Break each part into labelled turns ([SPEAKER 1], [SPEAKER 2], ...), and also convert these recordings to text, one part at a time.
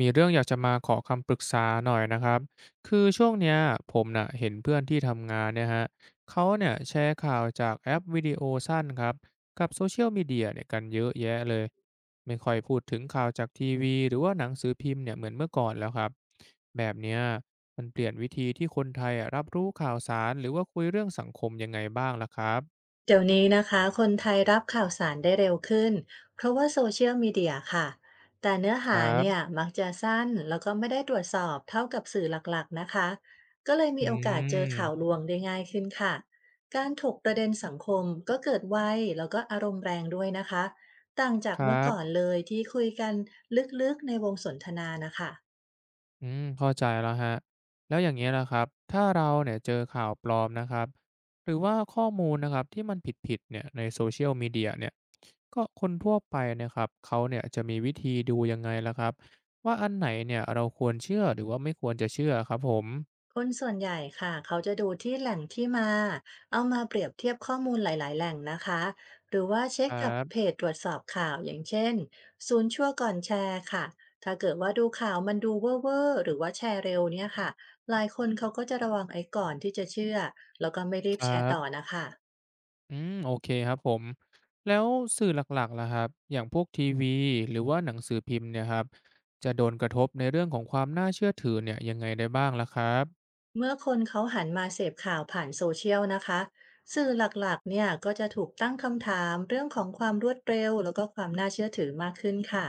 [SPEAKER 1] มีเรื่องอยากจะมาขอคำปรึกษาหน่อยนะครับคือช่วงเนี้ยผมน่ะเห็นเพื่อนที่ทำงานเนี่ยฮะเขาเนี่ยแชร์ข่าวจากแอปวิดีโอสั้นครับกับโซเชียลมีเดียเนี่ยกันเยอะแยะเลยไม่ค่อยพูดถึงข่าวจากทีวีหรือว่าหนังสือพิมพ์เนี่ยเหมือนเมื่อก่อนแล้วครับแบบเนี้ยมันเปลี่ยนวิธีที่คนไทยอะรับรู้ข่าวสารหรือว่าคุยเรื่องสังคมยังไงบ้างล่ะครับ
[SPEAKER 2] เดี๋ยวนี้นะคะคนไทยรับข่าวสารได้เร็วขึ้นเพราะว่าโซเชียลมีเดียค่ะแต่เนื้อ
[SPEAKER 1] ค
[SPEAKER 2] หา
[SPEAKER 1] รั
[SPEAKER 2] เนี่ย
[SPEAKER 1] บ
[SPEAKER 2] มักจะสั้นแล้วก็ไม่ได้ตรวจสอบเท่ากับสื่อหลักๆนะคะก็เลย
[SPEAKER 1] อื
[SPEAKER 2] มีโอกาสเจอข่าวล
[SPEAKER 1] ม
[SPEAKER 2] วงได้ง่ายขึ้นค่ะการถกประเด็นสังคมก็เกิดไวแล้วก็อารมณ์แรงด้วยนะคะต่างจาก
[SPEAKER 1] ครั
[SPEAKER 2] เมื่อก่อน
[SPEAKER 1] บ
[SPEAKER 2] เลยที่คุยกันลึกๆในวงสนทนานะคะ
[SPEAKER 1] อืมเข้าใจแล้วฮะแล้วอย่างเงี้ยนะครับ ถ้าเราเนี่ยเจอข่าวปลอมนะครับหรือว่าข้อมูลนะครับที่มันผิดๆเนี่ยใน Social Media เชียลมีเดียเนี่ยก็คนทั่วไปนะครับ เขาเนี่ยจะมีวิธีดูยังไงล่ะครับว่าอันไหนเนี่ยเราควรเชื่อหรือว่าไม่ควรจะเชื่อครับผม
[SPEAKER 2] คนส่วนใหญ่ค่ะเขาจะดูที่แหล่งที่มาเอามาเปรียบเทียบข้อมูลหลายๆแหล่งนะคะหรือว่าเช็
[SPEAKER 1] ค
[SPEAKER 2] ค
[SPEAKER 1] รั
[SPEAKER 2] กับเพ
[SPEAKER 1] บ
[SPEAKER 2] จตรวจสอบข่าวอย่างเช่นศูนย์ชั่วก่อนแชร์ค่ะถ้าเกิดว่าดูข่าวมันดูเว่อร์ๆหรือว่าแชร์เร็วเนี่ยค่ะหลายคนเขาก็จะระวังไอ้ก่อนที่จะเชื่อแล้วก็ไม่รี
[SPEAKER 1] ค
[SPEAKER 2] บ
[SPEAKER 1] รั
[SPEAKER 2] แชร์ต่อ
[SPEAKER 1] บ
[SPEAKER 2] นะคะ
[SPEAKER 1] อืมโอเคครับผม แล้วสื่อหลักๆล่ะครับ อย่างพวกทีวีหรือว่าหนังสือพิมพ์เนี่ยครับจะโดนกระทบในเรื่องของความน่าเชื่อถือเนี่ยยังไงได้บ้างล่ะครับ
[SPEAKER 2] เมื่อคนเขาหันมาเสพข่าวผ่านโซเชียลนะคะสื่อหลักๆเนี่ยก็จะถูกตั้งคำถามเรื่องของความรวดเร็วแล้วก็ความน่าเชื่อถือมากขึ้นค่ะ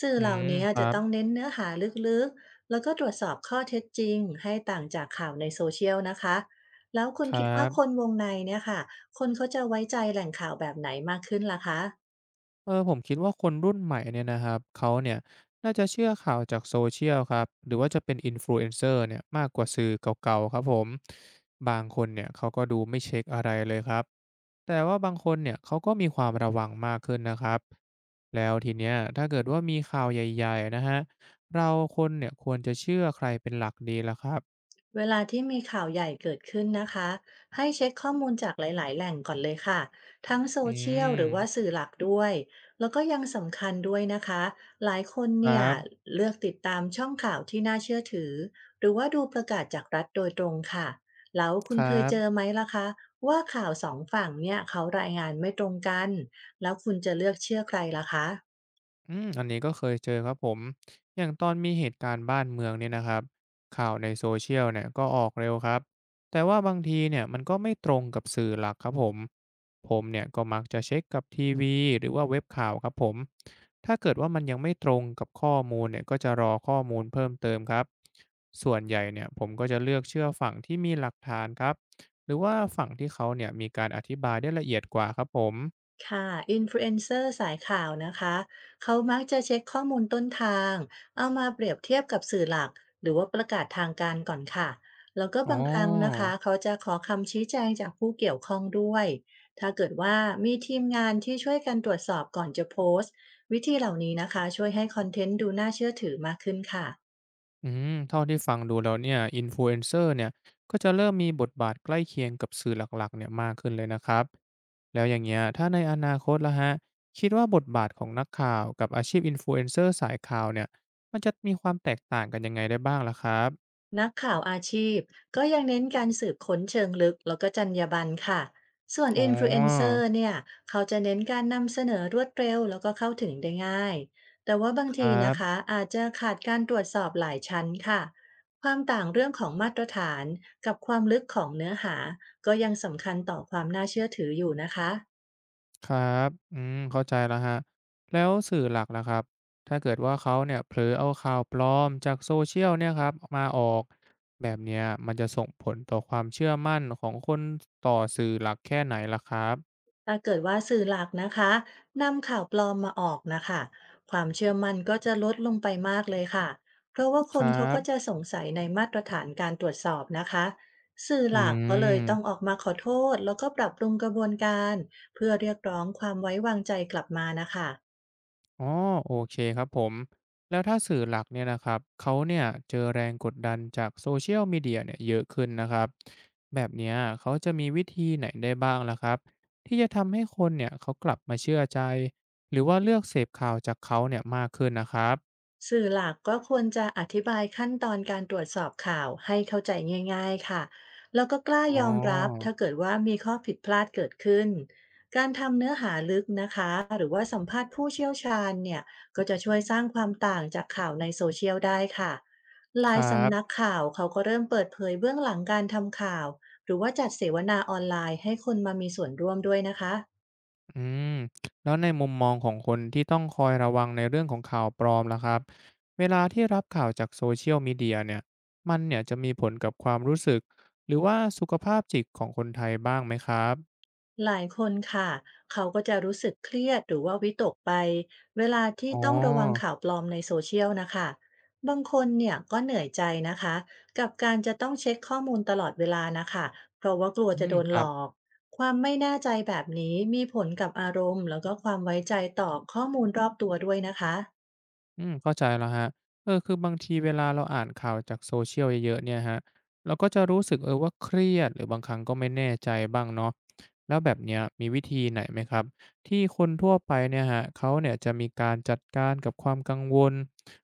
[SPEAKER 2] สื่อ
[SPEAKER 1] อื
[SPEAKER 2] เหล่า
[SPEAKER 1] ม
[SPEAKER 2] นี้
[SPEAKER 1] ครั
[SPEAKER 2] จะต้อง
[SPEAKER 1] บ
[SPEAKER 2] เน้นเนื้อหาลึกๆแล้วก็ตรวจสอบข้อเท็จจริงให้ต่างจากข่าวในโซเชียลนะคะแล้วคุ
[SPEAKER 1] ค
[SPEAKER 2] ณ
[SPEAKER 1] รั
[SPEAKER 2] คิดว่าคน
[SPEAKER 1] บ
[SPEAKER 2] วงในเนี่ยค่ะคนเขาจะไว้ใจแหล่งข่าวแบบไหนมากขึ้นล่ะคะ
[SPEAKER 1] เออผมคิดว่าคนรุ่นใหม่เนี่ยนะครับเขาเนี่ยน่าจะเชื่อข่าวจากโซเชียลครับหรือว่าจะเป็น Influencer เอนเซอร์เนี่ยมากกว่าสื่อเก่าๆครับผมบางคนเนี่ยเขาก็ดูไม่เช็คอะไรเลยครับแต่ว่าบางคนเนี่ยเขาก็มีความระวังมากขึ้นนะครับแล้วทีเนี้ยถ้าเกิดว่ามีข่าวใหญ่ๆนะฮะเราคนเนี่ยควรจะเชื่อใครเป็นหลักดีล่ะครับ
[SPEAKER 2] เวลาที่มีข่าวใหญ่เกิดขึ้นนะคะให้เช็คข้อมูลจากหลายๆแหล่งก่อนเลยค่ะทั้งโซ
[SPEAKER 1] อื
[SPEAKER 2] เชียล
[SPEAKER 1] ม
[SPEAKER 2] หรือว่าสื่อหลักด้วยแล้วก็ยังสำคัญด้วยนะคะหลายคน
[SPEAKER 1] ครั
[SPEAKER 2] เนี่ย
[SPEAKER 1] บ
[SPEAKER 2] เลือกติดตามช่องข่าวที่น่าเชื่อถือหรือว่าดูประกาศจากรัฐโดยตรงค่ะแล้ว
[SPEAKER 1] ค
[SPEAKER 2] คุณ
[SPEAKER 1] รั
[SPEAKER 2] เคยเจอ
[SPEAKER 1] บ
[SPEAKER 2] ไหมล่ะคะว่าข่าวสองฝั่งเนี่ยเขารายงานไม่ตรงกันแล้วคุณจะเลือกเชื่อใครล่ะคะ
[SPEAKER 1] อืมอันนี้ก็เคยเจอครับผมอย่างตอนมีเหตุการณ์บ้านเมืองเนี่ยนะครับข่าวในโซเชียลเนี่ยก็ออกเร็วครับแต่ว่าบางทีเนี่ยมันก็ไม่ตรงกับสื่อหลักครับผมผมเนี่ยก็มักจะเช็คกับทีวีหรือว่าเว็บข่าวครับผมถ้าเกิดว่ามันยังไม่ตรงกับข้อมูลเนี่ยก็จะรอข้อมูลเพิ่มเติมครับส่วนใหญ่เนี่ยผมก็จะเลือกเชื่อฝั่งที่มีหลักฐานครับหรือว่าฝั่งที่เขาเนี่ยมีการอธิบายได้ละเอียดกว่าครับผม
[SPEAKER 2] ค่ะ Influencer สายข่าวนะคะเขามักจะเช็คข้อมูลต้นทางเอามาเปรียบเทียบกับสื่อหลักหรือว่าประกาศทางการก่อนค่ะแล้วก็
[SPEAKER 1] อ๋อ
[SPEAKER 2] บางครั้งนะคะเขาจะขอคำชี้แจงจากผู้เกี่ยวข้องด้วยถ้าเกิดว่ามีทีมงานที่ช่วยกันตรวจสอบก่อนจะโพสต์วิธีเหล่านี้นะคะช่วยให้คอนเทนต์ดูน่าเชื่อถือมากขึ้นค่ะ
[SPEAKER 1] อืมเท่าที่ฟังดูแล้วเนี่ย Influencer เอนเซอร์เนี่ยก็จะเริ่มมีบทบาทใกล้เคียงกับสื่อหลักๆเนี่ยมากขึ้นเลยนะครับแล้วอย่างเงี้ยถ้าในอนาคตล้ะฮะคิดว่าบทบาทของนักข่าวกับอาชีพ Influencer สายข่าวเนี่ยมันจะมีความแตกต่างกันยังไงได้บ้างล่ะครับ
[SPEAKER 2] นักข่าวอาชีพก็ยังเน้นการสืบค้นเชิงลึกแล้วก็จรรยาบรรณค่ะส่วน
[SPEAKER 1] อ๋อ
[SPEAKER 2] อินฟลูเอนเซอร์เนี่ยเขาจะเน้นการนำเสนอรวดเร็วแล้วก็เข้าถึงได้ง่ายแต่ว่าบาง
[SPEAKER 1] ครั
[SPEAKER 2] ทีนะคะ
[SPEAKER 1] บ
[SPEAKER 2] อาจจะขาดการตรวจสอบหลายชั้นค่ะความต่างเรื่องของมาตรฐานกับความลึกของเนื้อหาก็ยังสำคัญต่อความน่าเชื่อถืออยู่นะคะ
[SPEAKER 1] ครับ อืม เข้าใจแล้วฮะ แล้วสื่อหลักล่ะครับ ถ้าเกิดว่าเขาเนี่ยเผลอเอาข่าวปลอมจากโซเชียลเนี่ยครับมาออกแบบเนี้ยมันจะส่งผลต่อความเชื่อมั่นของคนต่อสื่อหลักแค่ไหนล่ะครับ
[SPEAKER 2] ถ้าเกิดว่าสื่อหลักนะคะนำข่าวปลอมมาออกนะคะความเชื่อมั่นก็จะลดลงไปมากเลยค่ะเพราะว่าค
[SPEAKER 1] ค
[SPEAKER 2] น
[SPEAKER 1] รั
[SPEAKER 2] เขาก็จะ
[SPEAKER 1] บ
[SPEAKER 2] สงสัยในมาตรฐานการตรวจสอบนะคะสื่อ
[SPEAKER 1] อื
[SPEAKER 2] หลักก็เลยต้องอ
[SPEAKER 1] ม
[SPEAKER 2] อกมาขอโทษแล้วก็ปรับปรุงกระบวนการเพื่อเรียกร้องความไว้วางใจกลับมานะคะ
[SPEAKER 1] อ๋อโอเคครับผมแล้วถ้าสื่อหลักเนี่ยนะครับเขาเนี่ยเจอแรงกดดันจากโซเชียลมีเดียเนี่ยเยอะขึ้นนะครับแบบเนี้ยเขาจะมีวิธีไหนได้บ้างล่ะครับที่จะทำให้คนเนี่ยเขากลับมาเชื่อใจหรือว่าเลือกเสพข่าวจากเขาเนี่ยมากขึ้นนะครับ
[SPEAKER 2] สื่อหลักก็ควรจะอธิบายขั้นตอนการตรวจสอบข่าวให้เข้าใจง่ายๆค่ะ แล้วก็กล้า
[SPEAKER 1] อ๋อ
[SPEAKER 2] ยอมรับถ้าเกิดว่ามีข้อผิดพลาดเกิดขึ้น การทำเนื้อหาลึกนะคะหรือว่าสัมภาษณ์ผู้เชี่ยวชาญเนี่ยก็จะช่วยสร้างความต่างจากข่าวในโซเชียลได้ค่ะห
[SPEAKER 1] ค
[SPEAKER 2] ลาย
[SPEAKER 1] รั
[SPEAKER 2] สำนัก
[SPEAKER 1] บ
[SPEAKER 2] ข่าวเขาก็เริ่มเปิดเผยเบื้องหลังการทำข่าวหรือว่าจัดเสวนาออนไลน์ให้คนมามีส่วนร่วมด้วยนะคะ
[SPEAKER 1] อืมแล้วในมุมมองของคนที่ต้องคอยระวังในเรื่องของข่าวปลอมล่ะครับเวลาที่รับข่าวจากโซเชียลมีเดียเนี่ยมันเนี่ยจะมีผลกับความรู้สึกหรือว่าสุขภาพจิตของคนไทยบ้างไหมครับ
[SPEAKER 2] หลายคนค่ะเขาก็จะรู้สึกเครียดหรือว่าวิตกไปเวลาที่
[SPEAKER 1] อ๋อ
[SPEAKER 2] ต้องระวังข่าวปลอมในโซเชียลนะคะบางคนเนี่ยก็เหนื่อยใจนะคะกับการจะต้องเช็คข้อมูลตลอดเวลานะคะเพราะว่ากลัว
[SPEAKER 1] อื
[SPEAKER 2] จะ
[SPEAKER 1] ม
[SPEAKER 2] โดน
[SPEAKER 1] ค
[SPEAKER 2] ห
[SPEAKER 1] รั
[SPEAKER 2] ล
[SPEAKER 1] บ
[SPEAKER 2] อกความไม่แน่ใจแบบนี้มีผลกับอารมณ์แล้วก็ความไว้ใจต่อข้อมูลรอบตัวด้วยนะคะ
[SPEAKER 1] อืมเข้าใจแล้วฮะเออคือบางทีเวลาเราอ่านข่าวจาก Socialเยอะๆเนี่ยครับเราก็จะรู้สึกเออว่าเครียดหรือบางครั้งก็ไม่แน่ใจบ้างเนาะแล้วแบบเนี้ยมีวิธีไหนไหมครับที่คนทั่วไปเนี่ยฮะเขาเนี่ยจะมีการจัดการกับความกังวล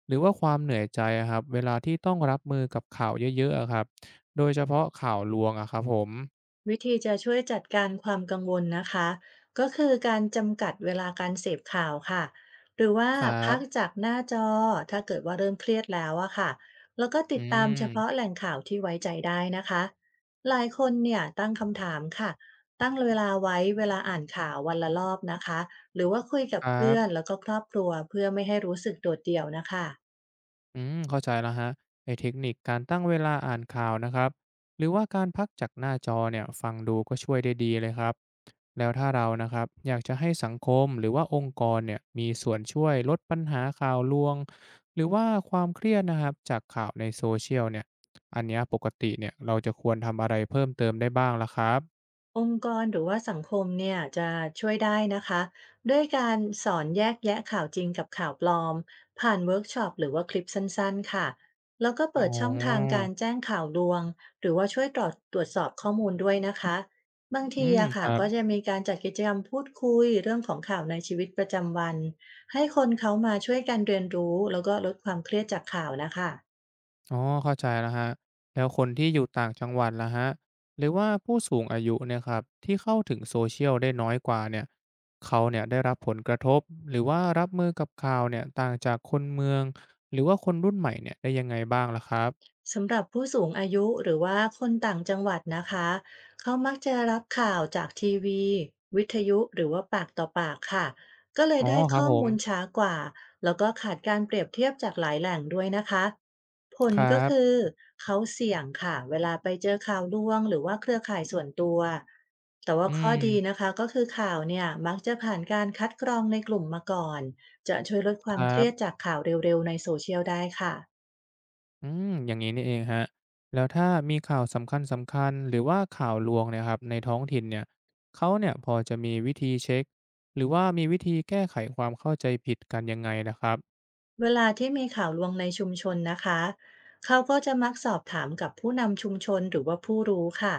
[SPEAKER 1] หรือว่าความเหนื่อยใจอะครับเวลาที่ต้องรับมือกับข่าวเยอะๆอะครับโดยเฉพาะข่าวลวงอะครับผม
[SPEAKER 2] วิธีจะช่วยจัดการความกังวลนะคะก็คือการจำกัดเวลาการเสพข่าวค่ะหรือว่า
[SPEAKER 1] ครั
[SPEAKER 2] พัก
[SPEAKER 1] บ
[SPEAKER 2] จากหน้าจอถ้าเกิดว่าเริ่มเครียดแล้วอะค่ะแล้วก็
[SPEAKER 1] อื
[SPEAKER 2] ติดตามเฉพาะ
[SPEAKER 1] ม
[SPEAKER 2] แหล่งข่าวที่ไว้ใจได้นะคะหลายคนเนี่ยตั้งคำถามค่ะตั้งเวลาไว้เวลาอ่านข่าววันละรอบนะคะหรือว่าคุยกับ
[SPEAKER 1] ครั
[SPEAKER 2] เพื่อน
[SPEAKER 1] บ
[SPEAKER 2] แล้วก็ครอบครัวเพื่อไม่ให้รู้สึกโดดเดี่ยวนะคะ
[SPEAKER 1] อืมเข้าใจแล้วฮะไอ้เทคนิคการตั้งเวลาอ่านข่าวนะครับหรือว่าการพักจากหน้าจอเนี่ยฟังดูก็ช่วยได้ดีเลยครับแล้วถ้าเรานะครับอยากจะให้สังคมหรือว่าองค์กรเนี่ยมีส่วนช่วยลดปัญหาข่าวลวงหรือว่าความเครียดนะครับจากข่าวในโซเชียลเนี่ยอันเนี้ยปกติเนี่ยเราจะควรทำอะไรเพิ่มเติมได้บ้างล่ะครับ
[SPEAKER 2] องค์กรหรือว่าสังคมเนี่ยจะช่วยได้นะคะด้วยการสอนแยกแยะข่าวจริงกับข่าวปลอมผ่านเวิร์กช็อปหรือว่าคลิปสั้นๆค่ะแล้วก็
[SPEAKER 1] อ๋
[SPEAKER 2] เปิดช่องทาง
[SPEAKER 1] อ
[SPEAKER 2] การแจ้งข่าวลวงหรือว่าช่วยตรวจสอบข้อมูลด้วยนะคะบาง
[SPEAKER 1] อื
[SPEAKER 2] ที
[SPEAKER 1] ม
[SPEAKER 2] อะ
[SPEAKER 1] ค
[SPEAKER 2] ค่ะ
[SPEAKER 1] รับ
[SPEAKER 2] ก็จะมีการจัดกิจกรรมพูดคุยเรื่องของข่าวในชีวิตประจำวันให้คนเขามาช่วยกันเรียนรู้แล้วก็ลดความเครียดจากข่าวนะคะ
[SPEAKER 1] อ๋อเข้าใจแล้วคะแล้วคนที่อยู่ต่างจังหวัดล่ะฮะหรือว่าผู้สูงอายุเนี่ยครับที่เข้าถึง Social ได้น้อยกว่าเนี่ยเขาเนี่ยได้รับผลกระทบ หรือว่ารับมือกับข่าวเนี่ยต่างจากคนเมือง หรือว่าคนรุ่นใหม่เนี่ยได้ยังไงบ้างล่ะครับ
[SPEAKER 2] สำหรับผู้สูงอายุหรือว่าคนต่างจังหวัดนะคะเขามักจะรับข่าวจากทีวีวิทยุหรือว่าปากต่อปากค่ะก็เลย
[SPEAKER 1] อ๋อ
[SPEAKER 2] ได้
[SPEAKER 1] ครับ
[SPEAKER 2] ข้อ
[SPEAKER 1] ผม
[SPEAKER 2] มูลช้ากว่าแล้วก็ขาดการเปรียบเทียบจากหลายแหล่งด้วยนะคะผล
[SPEAKER 1] ครั
[SPEAKER 2] ก็คื
[SPEAKER 1] บ
[SPEAKER 2] อเขาเสี่ยงค่ะเวลาไปเจอข่าวลวงหรือว่าเครือข่ายส่วนตัวแต่ว่า
[SPEAKER 1] อื
[SPEAKER 2] ข้อดี
[SPEAKER 1] ม
[SPEAKER 2] นะคะก็คือข่าวเนี่ยมักจะผ่านการคัดกรองในกลุ่มมาก่อนจะช่วยลดค
[SPEAKER 1] ค
[SPEAKER 2] วาม
[SPEAKER 1] รั
[SPEAKER 2] เครียด
[SPEAKER 1] บ
[SPEAKER 2] จากข่าวเร็วๆในโซเชียลได้ค่ะ
[SPEAKER 1] อืมอย่างนี้นี่เองฮะแล้วถ้ามีข่าวสำคัญหรือว่าข่าวลวงเนี่ยครับในท้องถิ่นเนี่ยเขาเนี่ยพอจะมีวิธีเช็คหรือว่ามีวิธีแก้ไขความเข้าใจผิดกันยังไงนะครับ
[SPEAKER 2] เวลาที่มีข่าวลวงในชุมชนนะคะ เขาก็จะมักสอบถามกับผู้นำชุมชนหรือว่าผู้รู้ค่ะ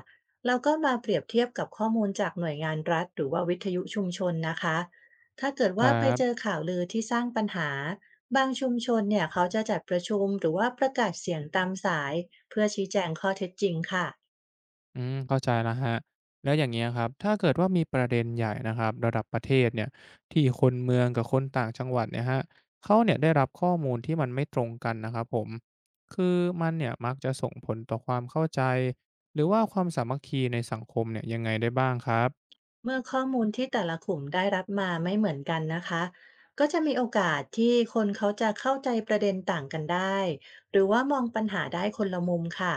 [SPEAKER 2] แล้วก็มาเปรียบเทียบกับข้อมูลจากหน่วยงานรัฐหรือว่าวิทยุชุมชนนะคะ ถ้าเกิด
[SPEAKER 1] ค
[SPEAKER 2] ว่า
[SPEAKER 1] รั
[SPEAKER 2] ไปเจอ
[SPEAKER 1] บ
[SPEAKER 2] ข่าวลือที่สร้างปัญหา บางชุมชนเนี่ยเขาจะจัดประชุมหรือว่าประกาศเสียงตามสายเพื่อชี้แจงข้อเท็จจริงค่ะ
[SPEAKER 1] อืมเข้าใจแล้วฮะแล้วอย่างเงี้ยครับถ้าเกิดว่ามีประเด็นใหญ่นะครับระดับประเทศเนี่ยที่คนเมืองกับคนต่างจังหวัดเนี่ยฮะเขาเนี่ยได้รับข้อมูลที่มันไม่ตรงกันนะครับผมคือมันเนี่ยมักจะส่งผลต่อความเข้าใจหรือว่าความสามัคคีในสังคมเนี่ยยังไงได้บ้างครับ
[SPEAKER 2] เมื่อข้อมูลที่แต่ละกลุ่มได้รับมาไม่เหมือนกันนะคะก็จะมีโอกาสที่คนเขาจะเข้าใจประเด็นต่างกันได้หรือว่ามองปัญหาได้คนละมุมค่ะ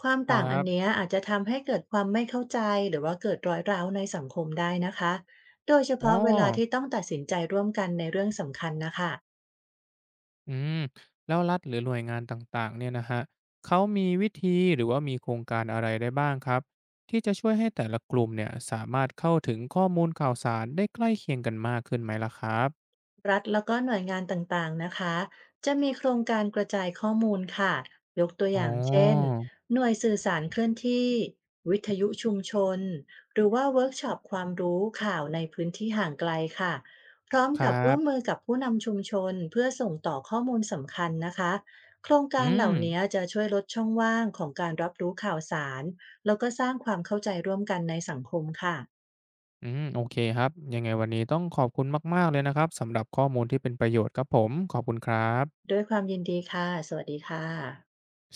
[SPEAKER 2] ความ
[SPEAKER 1] ครั
[SPEAKER 2] ต่างอัน
[SPEAKER 1] บ
[SPEAKER 2] เนี้ยอาจจะทำให้เกิดความไม่เข้าใจหรือว่าเกิดรอยร้าวในสังคมได้นะคะโดยเฉ
[SPEAKER 1] อ๋อ
[SPEAKER 2] พาะเวลาที่ต้องตัดสินใจร่วมกันในเรื่องสำคัญนะคะ
[SPEAKER 1] อืมแล้วรัฐหรือหน่วยงานต่างๆเนี่ยนะฮะเขามีวิธีหรือว่ามีโครงการอะไรได้บ้างครับที่จะช่วยให้แต่ละกลุ่มเนี่ยสามารถเข้าถึงข้อมูลข่าวสารได้ใกล้เคียงกันมากขึ้นไหมล่ะครับ
[SPEAKER 2] รัฐแล้วก็หน่วยงานต่างๆ นะคะ จะมีโครงการกระจายข้อมูลค่ะ ยกตัว
[SPEAKER 1] อ๋
[SPEAKER 2] อ
[SPEAKER 1] อ
[SPEAKER 2] ย่างเช่น หน่วยสื่อสารเคลื่อนที่ วิทยุชุมชนหรือว่าเวิร์กช็อปความรู้ข่าวในพื้นที่ห่างไกลค่ะ พร้อม
[SPEAKER 1] ค
[SPEAKER 2] กั
[SPEAKER 1] รั
[SPEAKER 2] บร่วม
[SPEAKER 1] บ
[SPEAKER 2] มือกับผู้นำชุมชนเพื่อส่งต่อข้อมูลสำคัญนะคะ โครง
[SPEAKER 1] อื
[SPEAKER 2] การเหล่า
[SPEAKER 1] ม
[SPEAKER 2] นี้จะช่วยลดช่องว่างของการรับรู้ข่าวสารแล้วก็สร้างความเข้าใจร่วมกันในสังคมค่ะ
[SPEAKER 1] อืมโอเคครับยังไงวันนี้ต้องขอบคุณมากๆเลยนะครับสำหรับข้อมูลที่เป็นประโยชน์ครับผมขอบคุณครับ
[SPEAKER 2] ด้วยความยินดีค่ะสวัสดีค่ะ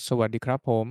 [SPEAKER 1] สวัสดีครับผม